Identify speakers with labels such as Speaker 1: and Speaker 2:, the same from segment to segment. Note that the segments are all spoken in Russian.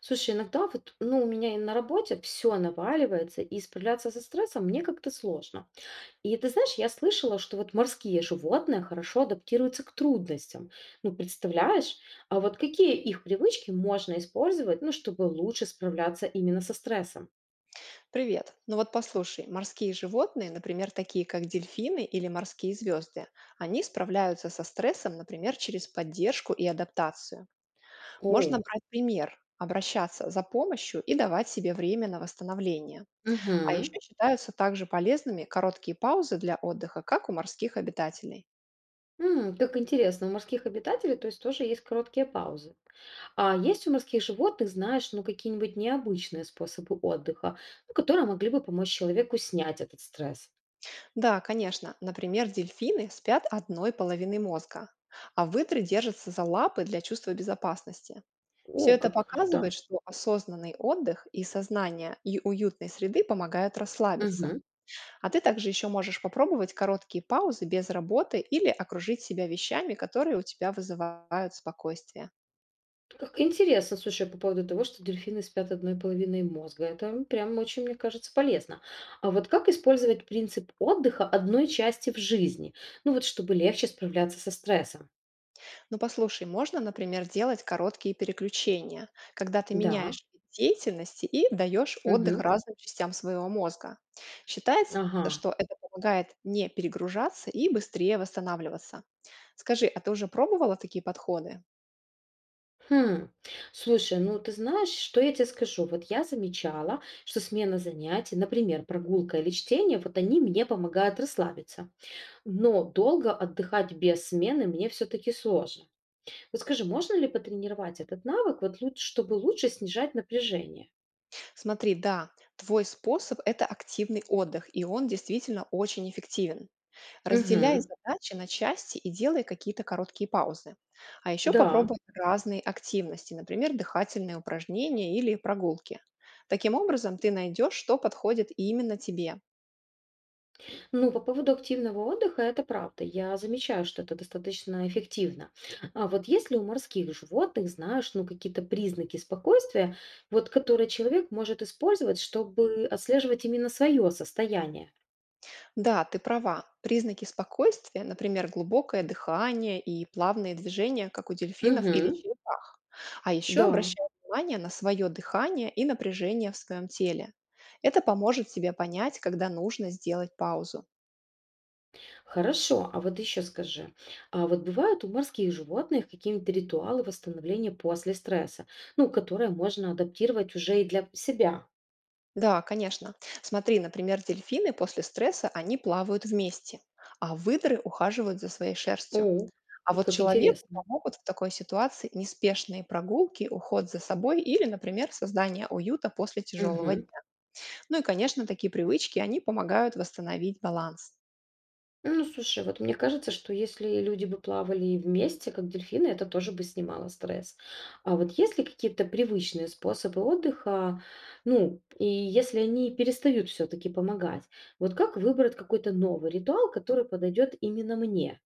Speaker 1: Слушай, иногда вот, ну, у меня и на работе все наваливается, и справляться со стрессом мне как-то сложно. И ты знаешь, я слышала, что вот морские животные хорошо адаптируются к трудностям. Ну, представляешь? А вот какие их привычки можно использовать, ну, чтобы лучше справляться именно со стрессом?
Speaker 2: Привет. Ну вот послушай, морские животные, например, такие как дельфины или морские звезды, они справляются со стрессом, например, через поддержку и адаптацию. Можно
Speaker 1: О,
Speaker 2: брать пример, обращаться за помощью и давать себе время на восстановление. А
Speaker 1: угу.
Speaker 2: еще считаются также полезными короткие паузы для отдыха, как у морских обитателей.
Speaker 1: М, как интересно, у морских обитателей, то есть тоже есть короткие паузы. А есть у морских животных, знаешь, ну какие-нибудь необычные способы отдыха, ну, которые могли бы помочь человеку снять этот стресс?
Speaker 2: Да, конечно, например, дельфины спят одной половиной мозга, а выдры держатся за лапы для чувства безопасности. Все
Speaker 1: О,
Speaker 2: это
Speaker 1: как круто.
Speaker 2: показывает, что осознанный отдых и сознание и уютной среды помогают расслабиться.
Speaker 1: Мгм.
Speaker 2: А ты также еще можешь попробовать короткие паузы без работы или окружить себя вещами, которые у тебя вызывают спокойствие.
Speaker 1: Как интересно, слушай, по поводу того, что дельфины спят одной половиной мозга. Это прям очень, мне кажется, полезно. А вот как использовать принцип отдыха одной части в жизни? Ну вот, чтобы легче справляться со стрессом.
Speaker 2: Ну послушай, можно, например, делать короткие переключения, когда ты
Speaker 1: Да.
Speaker 2: меняешь вид деятельности и даешь отдых
Speaker 1: Мгм.
Speaker 2: разным частям своего мозга. Считается,
Speaker 1: Ага.
Speaker 2: что это помогает не перегружаться и быстрее восстанавливаться. Скажи, а ты уже пробовала такие подходы?
Speaker 1: Хм. Слушай, ну ты знаешь, что я тебе скажу? Вот я замечала, что смена занятий, например, прогулка или чтение, вот они мне помогают расслабиться. Но долго отдыхать без смены мне все-таки сложно. Вот скажи, можно ли потренировать этот навык, вот лучше, чтобы лучше снижать напряжение?
Speaker 2: Смотри, да, твой способ– это активный отдых, и он действительно очень эффективен. Разделяй
Speaker 1: Угу.
Speaker 2: задачи на части и делай какие-то короткие паузы. А еще
Speaker 1: Да.
Speaker 2: попробуй разные активности, например, дыхательные упражнения или прогулки. Таким образом, ты найдешь, что подходит именно тебе.
Speaker 1: Ну, по поводу активного отдыха, это правда. Я замечаю, что это достаточно эффективно. А вот если у морских животных, знаешь, ну, какие-то признаки спокойствия, вот которые человек может использовать, чтобы отслеживать именно свое состояние?
Speaker 2: Да, ты права. Признаки спокойствия, например, глубокое дыхание и плавные движения, как у дельфинов или
Speaker 1: Угу.
Speaker 2: черепах. А еще
Speaker 1: Да,
Speaker 2: обращай внимание на свое дыхание и напряжение в своем теле. Это поможет тебе понять, когда нужно сделать паузу.
Speaker 1: хорошо. А вот еще скажи, а вот бывают у морских животных какие-нибудь ритуалы восстановления после стресса, ну, которые можно адаптировать уже и для себя?
Speaker 2: Да, конечно. Смотри, например, дельфины после стресса, они плавают вместе, а выдры ухаживают за своей шерстью.
Speaker 1: О,
Speaker 2: А вот
Speaker 1: как
Speaker 2: человеку
Speaker 1: интересно.
Speaker 2: помогут в такой ситуации неспешные прогулки, уход за собой или, например, создание уюта после тяжелого
Speaker 1: Мгм.
Speaker 2: дня. Ну и, конечно, такие привычки, они помогают восстановить баланс.
Speaker 1: Ну, слушай, вот мне кажется, что если люди бы плавали вместе, как дельфины, это тоже бы снимало стресс. А вот есть ли какие-то привычные способы отдыха, ну, и если они перестают все-таки помогать, вот как выбрать какой-то новый ритуал, который подойдет именно мне?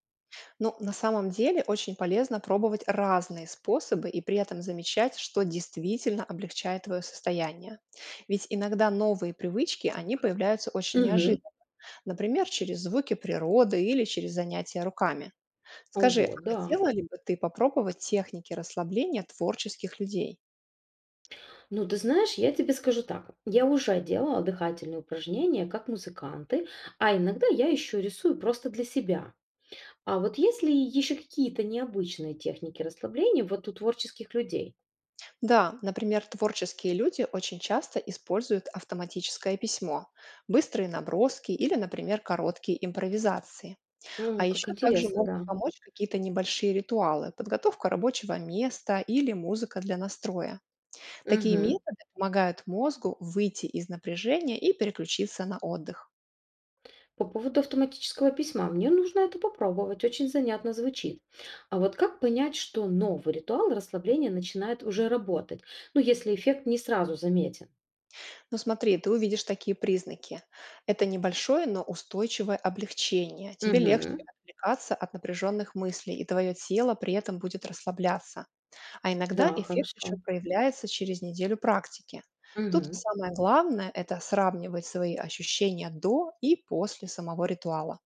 Speaker 2: Но на самом деле очень полезно пробовать разные способы и при этом замечать, что действительно облегчает твое состояние. Ведь иногда новые привычки, они появляются очень неожиданно.
Speaker 1: Мгм.
Speaker 2: Например, через звуки природы или через занятия руками. Скажи,
Speaker 1: Ого,
Speaker 2: а
Speaker 1: да.
Speaker 2: хотела ли бы ты попробовать техники расслабления творческих людей?
Speaker 1: Ну, ты знаешь, я тебе скажу так. Я уже делала дыхательные упражнения, как музыканты, а иногда я еще рисую просто для себя. А вот есть ли еще какие-то необычные техники расслабления вот у творческих людей?
Speaker 2: Да, например, творческие люди очень часто используют автоматическое письмо, быстрые наброски или, например, короткие импровизации. А
Speaker 1: Ну как
Speaker 2: еще также
Speaker 1: интересно,
Speaker 2: могут
Speaker 1: да.
Speaker 2: помочь какие-то небольшие ритуалы, подготовка рабочего места или музыка для настроя. Такие
Speaker 1: Мгм.
Speaker 2: методы помогают мозгу выйти из напряжения и переключиться на отдых.
Speaker 1: По поводу автоматического письма. Мне нужно это попробовать, очень занятно звучит. А вот как понять, что новый ритуал расслабления начинает уже работать? Ну, если эффект не сразу заметен.
Speaker 2: Ну смотри, ты увидишь такие признаки. Это небольшое, но устойчивое облегчение. Тебе легче
Speaker 1: Мгм.
Speaker 2: отвлекаться от напряженных мыслей, и твое тело при этом будет расслабляться. А
Speaker 1: Да,
Speaker 2: иногда эффект еще
Speaker 1: хорошо.
Speaker 2: проявляется через неделю практики. Тут
Speaker 1: Мгм.
Speaker 2: самое главное– это сравнивать свои ощущения до и после самого ритуала.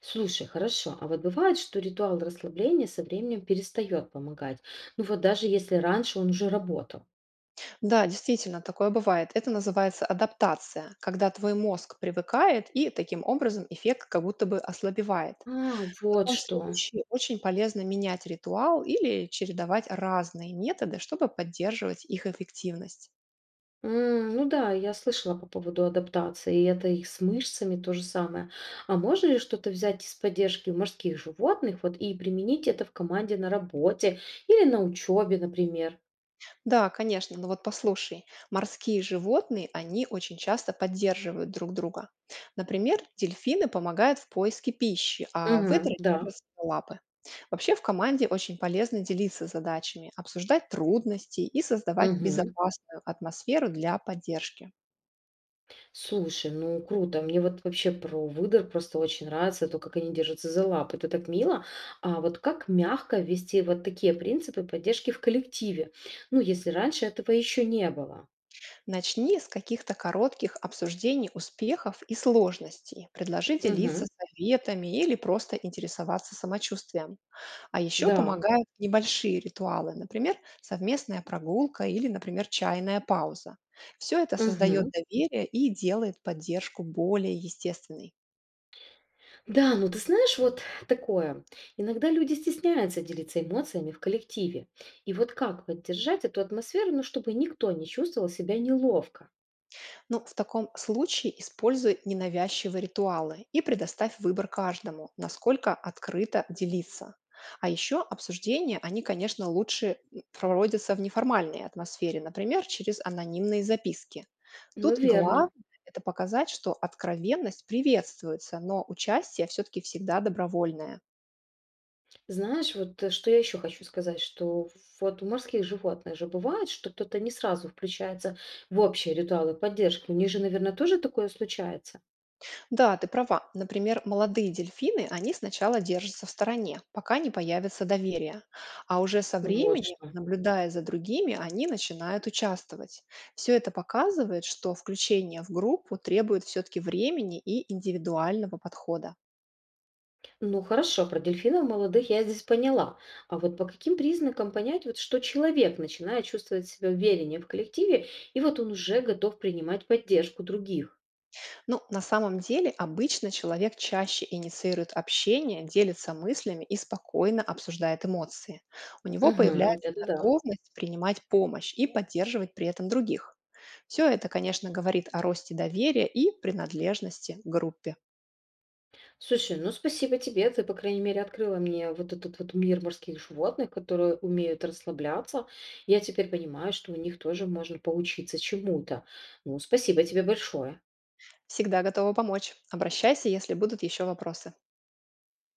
Speaker 1: Слушай, хорошо. А вот бывает, что ритуал расслабления со временем перестает помогать. Ну вот даже если раньше он уже работал.
Speaker 2: Да, действительно, такое бывает. Это называется адаптация, когда твой мозг привыкает, и таким образом эффект как будто бы ослабевает.
Speaker 1: А,
Speaker 2: В
Speaker 1: вот
Speaker 2: таком
Speaker 1: что.
Speaker 2: случае очень полезно менять ритуал или чередовать разные методы, чтобы поддерживать их эффективность.
Speaker 1: М, ну да, я слышала по поводу адаптации, и это их с мышцами то же самое. А можно ли что-то взять из поддержки у морских животных вот, и применить это в команде на работе или на учебе, например?
Speaker 2: Да, конечно, но вот послушай, морские животные, они очень часто поддерживают друг друга. Например, дельфины помогают в поиске пищи, а
Speaker 1: Мгм,
Speaker 2: выдры
Speaker 1: да.
Speaker 2: держатся за лапы. Вообще в команде очень полезно делиться задачами, обсуждать трудности и создавать
Speaker 1: Мгм.
Speaker 2: безопасную атмосферу для поддержки.
Speaker 1: Слушай, ну круто. Мне вот вообще про выдор просто очень нравится, а то, как они держатся за лапы. Это так мило. А вот как мягко ввести вот такие принципы поддержки в коллективе? Ну, если раньше этого еще не было.
Speaker 2: Начни с каких-то коротких обсуждений успехов и сложностей. Предложи делиться
Speaker 1: Мгм,
Speaker 2: советами или просто интересоваться самочувствием. А еще
Speaker 1: да.
Speaker 2: помогают небольшие ритуалы, например, совместная прогулка или, например, чайная пауза. Все это создает
Speaker 1: Мгм.
Speaker 2: доверие и делает поддержку более естественной.
Speaker 1: Да, ну ты знаешь, вот такое. Иногда люди стесняются делиться эмоциями в коллективе. И вот как поддержать эту атмосферу, ну, чтобы никто не чувствовал себя неловко?
Speaker 2: Ну, в таком случае используй ненавязчивые ритуалы и предоставь выбор каждому, насколько открыто делиться. А еще обсуждения, они, конечно, лучше проводятся в неформальной атмосфере, например, через анонимные записки.
Speaker 1: Ну,
Speaker 2: Тут главное–
Speaker 1: верно.
Speaker 2: это показать, что откровенность приветствуется, но участие все-таки всегда добровольное.
Speaker 1: Знаешь, вот что я еще хочу сказать, что вот у морских животных же бывает, что кто-то не сразу включается в общие ритуалы поддержки. У них же, наверное, тоже такое случается.
Speaker 2: Да, ты права. Например, молодые дельфины, они сначала держатся в стороне, пока не появится доверие. А уже со
Speaker 1: Вот
Speaker 2: временем,
Speaker 1: что.
Speaker 2: наблюдая за другими, они начинают участвовать. Все это показывает, что включение в группу требует все-таки времени и индивидуального подхода.
Speaker 1: Ну хорошо, про дельфинов молодых я здесь поняла. А вот по каким признакам понять, вот, что человек начинает чувствовать себя увереннее в коллективе, и вот он уже готов принимать поддержку других?
Speaker 2: Ну, на самом деле, обычно человек чаще инициирует общение, делится мыслями и спокойно обсуждает эмоции. У него
Speaker 1: Угу, да
Speaker 2: появляется
Speaker 1: да.
Speaker 2: готовность принимать помощь и поддерживать при этом других. Все это, конечно, говорит о росте доверия и принадлежности к группе.
Speaker 1: Слушай, ну спасибо тебе, ты, по крайней мере, открыла мне вот этот вот мир морских животных, которые умеют расслабляться. Я теперь понимаю, что у них тоже можно поучиться чему-то. Ну, спасибо тебе большое.
Speaker 2: Всегда готова помочь. Обращайся, если будут еще вопросы.